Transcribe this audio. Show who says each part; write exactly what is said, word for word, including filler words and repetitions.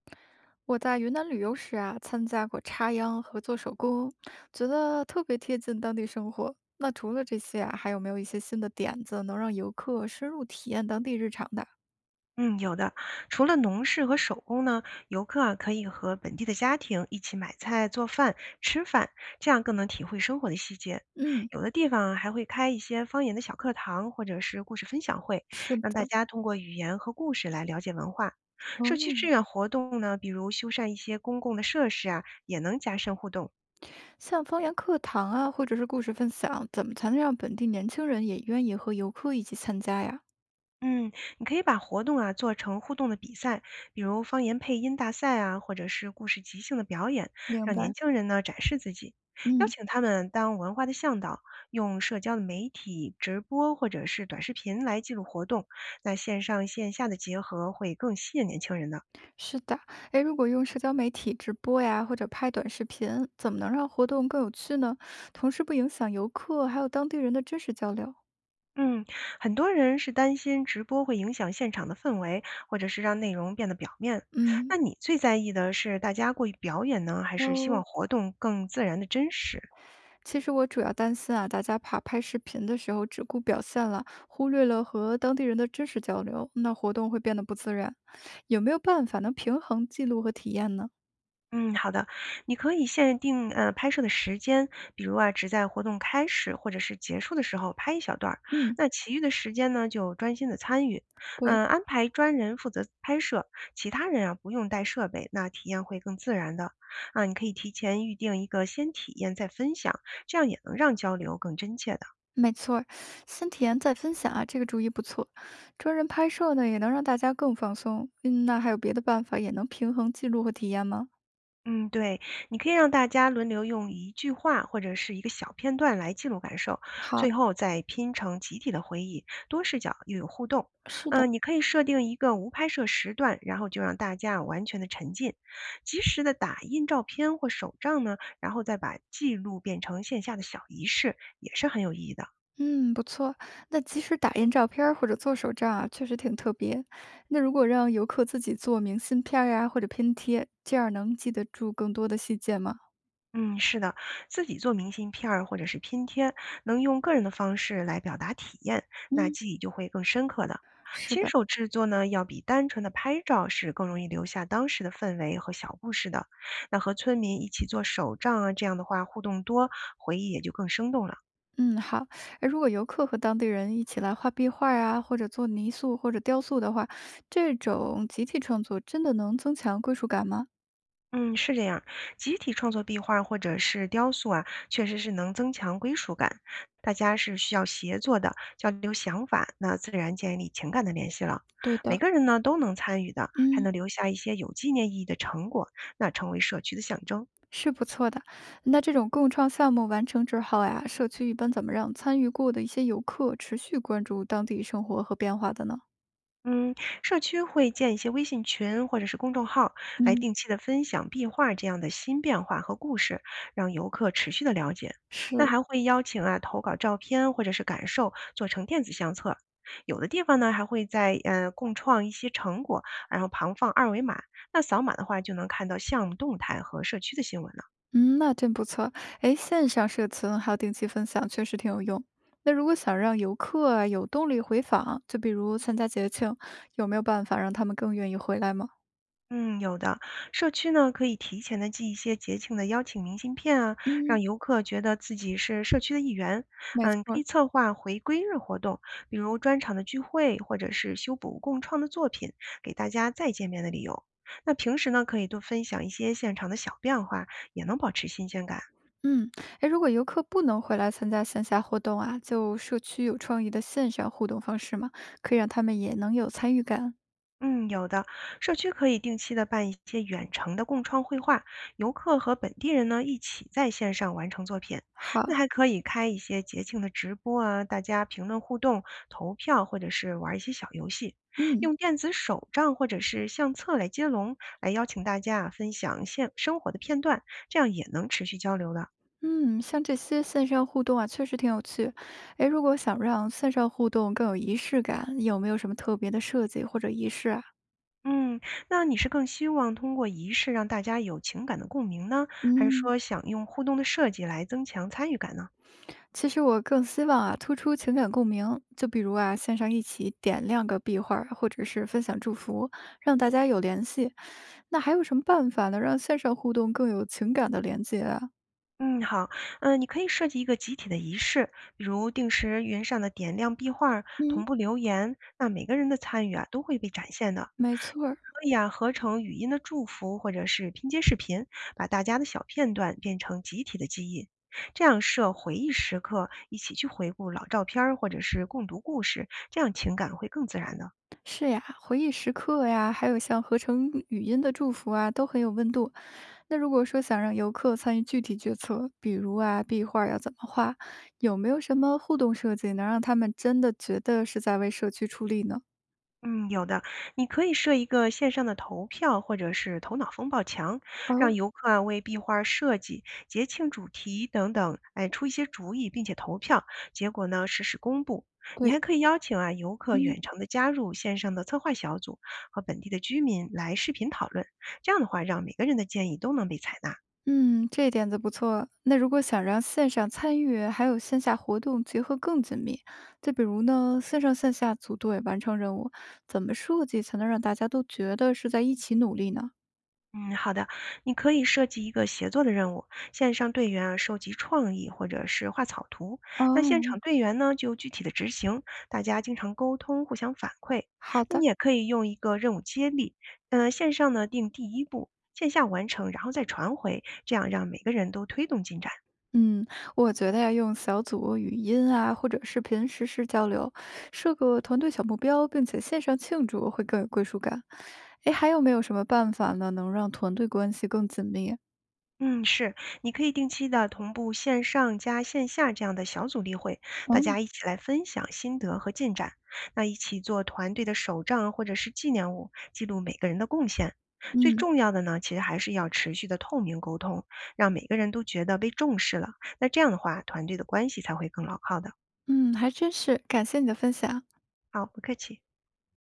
Speaker 1: 我在云南旅游时啊，参加过插秧和做手工，觉得特别贴近当地生活。那除了这些啊，还有没有一些新的点子能让游客深入体验当地日常的？
Speaker 2: 嗯，有的。除了农事和手工呢，游客啊可以和本地的家庭一起买菜、做饭、吃饭，这样更能体会生活的细节。
Speaker 1: 嗯，
Speaker 2: 有的地方啊还会开一些方言的小课堂，或者是故事分享会，
Speaker 1: 是
Speaker 2: 让大
Speaker 1: 的，
Speaker 2: 家通过语言和故事来了解文化。社区志
Speaker 1: 哦，
Speaker 2: 愿活动呢，比如修缮一些公共的设施啊，也能加深互动。
Speaker 1: 像方言课堂啊，或者是故事分享，怎么才能让本地年轻人也愿意和游客一起参加呀？
Speaker 2: 嗯，你可以把活动啊做成互动的比赛，比如方言配音大赛啊，或者是故事即兴的表演，
Speaker 1: 明
Speaker 2: 让年
Speaker 1: 白。
Speaker 2: 轻人呢展示自己，邀
Speaker 1: 嗯，
Speaker 2: 请他们当文化的向导，用社交的媒体直播或者是短视频来记录活动，那线上线下的结合会更吸引年轻人的。
Speaker 1: 是的，诶，如果用社交媒体直播呀，或者拍短视频，怎么能让活动更有趣呢？同时不影响游客还有当地人的真实交流。
Speaker 2: 嗯，很多人是担心直播会影响现场的氛围，或者是让内容变得表面。那
Speaker 1: 嗯，
Speaker 2: 你最在意的是大家过于表演呢，还是希望
Speaker 1: 哦，
Speaker 2: 活动更自然的真实？
Speaker 1: 其实我主要担心啊，大家怕拍视频的时候只顾表现了，忽略了和当地人的真实交流，那活动会变得不自然。有没有办法能平衡记录和体验呢？
Speaker 2: 嗯，好的，你可以限定呃拍摄的时间，比如啊，只在活动开始或者是结束的时候拍一小段儿，
Speaker 1: 嗯，
Speaker 2: 那其余的时间呢就专心的参与，
Speaker 1: 对，
Speaker 2: 嗯、安排专人负责拍摄，其他人啊不用带设备，那体验会更自然的。啊，你可以提前预定一个先体验再分享，这样也能让交流更真切的。
Speaker 1: 没错儿，先体验再分享啊，这个主意不错。专人拍摄呢，也能让大家更放松。嗯，那还有别的办法也能平衡记录和体验吗？
Speaker 2: 嗯，对，你可以让大家轮流用一句话或者是一个小片段来记录感受，最
Speaker 1: 好，
Speaker 2: 后再拼成集体的回忆，多视角又有互动。
Speaker 1: 是的。
Speaker 2: 嗯、你可以设定一个无拍摄时段，然后就让大家完全的沉浸，及时的打印照片或手账呢，然后再把记录变成线下的小仪式，也是很有意义的。
Speaker 1: 嗯，不错。那即使打印照片儿或者做手账啊，确实挺特别。那如果让游客自己做明信片儿呀，或者拼贴，这样能记得住更多的细节吗？
Speaker 2: 嗯，是的，自己做明信片儿或者是拼贴，能用个人的方式来表达体验，那
Speaker 1: 嗯，
Speaker 2: 记忆就会更深刻的。
Speaker 1: 是
Speaker 2: 亲
Speaker 1: 的，
Speaker 2: 手制作呢，要比单纯的拍照是更容易留下当时的氛围和小故事的。那和村民一起做手账啊，这样的话互动多，回忆也就更生动了。
Speaker 1: 嗯，好。哎，如果游客和当地人一起来画壁画呀，或者做泥塑或者雕塑的话，这种集体创作真的能增强归属感吗？
Speaker 2: 嗯，是这样。集体创作壁画或者是雕塑啊，确实是能增强归属感。大家是需要协作的，交流想法，那自然建立情感的联系了。
Speaker 1: 对
Speaker 2: 每
Speaker 1: 的。
Speaker 2: 个人呢都能参与的，还
Speaker 1: 嗯。
Speaker 2: 能留下一些有纪念意义的成果，那成为社区的象征。
Speaker 1: 是不错的。那这种共创项目完成之后呀，社区一般怎么让参与过的一些游客持续关注当地生活和变化的呢？
Speaker 2: 嗯，社区会建一些微信群或者是公众号，来
Speaker 1: 嗯，
Speaker 2: 定期的分享壁画这样的新变化和故事，让游客持续的了解。那
Speaker 1: 是，
Speaker 2: 还会邀请啊投稿照片或者是感受，做成电子相册。有的地方呢还会在呃共创一些成果，然后旁放二维码。那扫码的话就能看到项目动态和社区的新闻了。
Speaker 1: 嗯，那真不错。哎，线上社群还有定期分享，确实挺有用。那如果想让游客啊有动力回访，就比如参加节庆，有没有办法让他们更愿意回来吗？
Speaker 2: 嗯，有的。社区呢，可以提前的寄一些节庆的邀请明信片啊，让
Speaker 1: 嗯，
Speaker 2: 游客觉得自己是社区的一员。
Speaker 1: 没
Speaker 2: 嗯，
Speaker 1: 错
Speaker 2: 可以
Speaker 1: 儿，
Speaker 2: 策划回归日活动，比如专场的聚会，或者是修补共创的作品，给大家再见面的理由。那平时呢，可以多分享一些现场的小变化，也能保持新鲜感。
Speaker 1: 嗯，哎，如果游客不能回来参加线下活动啊，就社区有创意的线上互动方式嘛，可以让他们也能有参与感。
Speaker 2: 嗯，有的，社区可以定期的办一些远程的共创绘画，游客和本地人呢一起在线上完成作品。
Speaker 1: 好，
Speaker 2: 那还可以开一些节庆的直播啊，大家评论互动、投票，或者是玩一些小游戏，
Speaker 1: 嗯
Speaker 2: 用电子手账或者是相册来接龙，来邀请大家啊分享现生活的片段，这样也能持续交流的。
Speaker 1: 嗯，像这些线上互动啊，确实挺有趣。哎，如果想让线上互动更有仪式感，有没有什么特别的设计或者仪式啊？
Speaker 2: 嗯，那你是更希望通过仪式让大家有情感的共鸣呢，还是
Speaker 1: 嗯，
Speaker 2: 说想用互动的设计来增强参与感呢？
Speaker 1: 其实我更希望啊，突出情感共鸣，就比如啊，线上一起点亮个壁画儿，或者是分享祝福，让大家有联系。那还有什么办法能让线上互动更有情感的连接啊？
Speaker 2: 嗯，好，嗯，你可以设计一个集体的仪式，比如定时云上的点亮壁画儿，同
Speaker 1: 嗯，
Speaker 2: 步留言，那每个人的参与啊都会被展现的。
Speaker 1: 没错儿，
Speaker 2: 可以啊，合成语音的祝福，或者是拼接视频，把大家的小片段变成集体的记忆，这样设回忆时刻，一起去回顾老照片儿，或者是共读故事，这样情感会更自然的。
Speaker 1: 是呀，回忆时刻呀，还有像合成语音的祝福啊，都很有温度。那如果说想让游客参与具体决策，比如啊，壁画要怎么画，有没有什么互动设计能让他们真的觉得是在为社区出力呢？
Speaker 2: 嗯，有的，你可以设一个线上的投票或者是头脑风暴墙，让
Speaker 1: 哦，
Speaker 2: 游客啊为壁画设计、节庆主题等等，哎，出一些主意，并且投票，结果呢实时公布。你
Speaker 1: 对，
Speaker 2: 还可以邀请啊游客
Speaker 1: 嗯，
Speaker 2: 远程的加入线上的策划小组，和本地的居民来视频讨论，这样的话，让每个人的建议都能被采纳。
Speaker 1: 嗯，这点子不错。那如果想让线上参与还有线下活动结合更紧密，就比如呢，线上线下组队完成任务，怎么设计才能让大家都觉得是在一起努力呢？
Speaker 2: 嗯，好的，你可以设计一个协作的任务，线上队员啊收集创意或者是画草图，那现
Speaker 1: 哦，
Speaker 2: 场队员呢就具体的执行，大家经常沟通，互相反馈。
Speaker 1: 好
Speaker 2: 那
Speaker 1: 的，
Speaker 2: 你也可以用一个任务接力，呃，线上呢定第一步，线下完成，然后再传回，这样让每个人都推动进展。
Speaker 1: 嗯，我觉得要用小组语音啊，或者视频实时交流，设个团队小目标，并且线上庆祝会更有归属感。诶，还有没有什么办法呢，能让团队关系更紧密？
Speaker 2: 嗯，是，你可以定期的同步线上加线下这样的小组例会，大
Speaker 1: 哦，
Speaker 2: 家一起来分享心得和进展，那一起做团队的手账或者是纪念物，记录每个人的贡献。最
Speaker 1: 嗯
Speaker 2: 重要的呢，其实还是要持续的透明沟通，让每个人都觉得被重视了。那这样的话，团队的关系才会更牢靠的。
Speaker 1: 嗯，还真是，感谢你的分享。
Speaker 2: 好，不客气。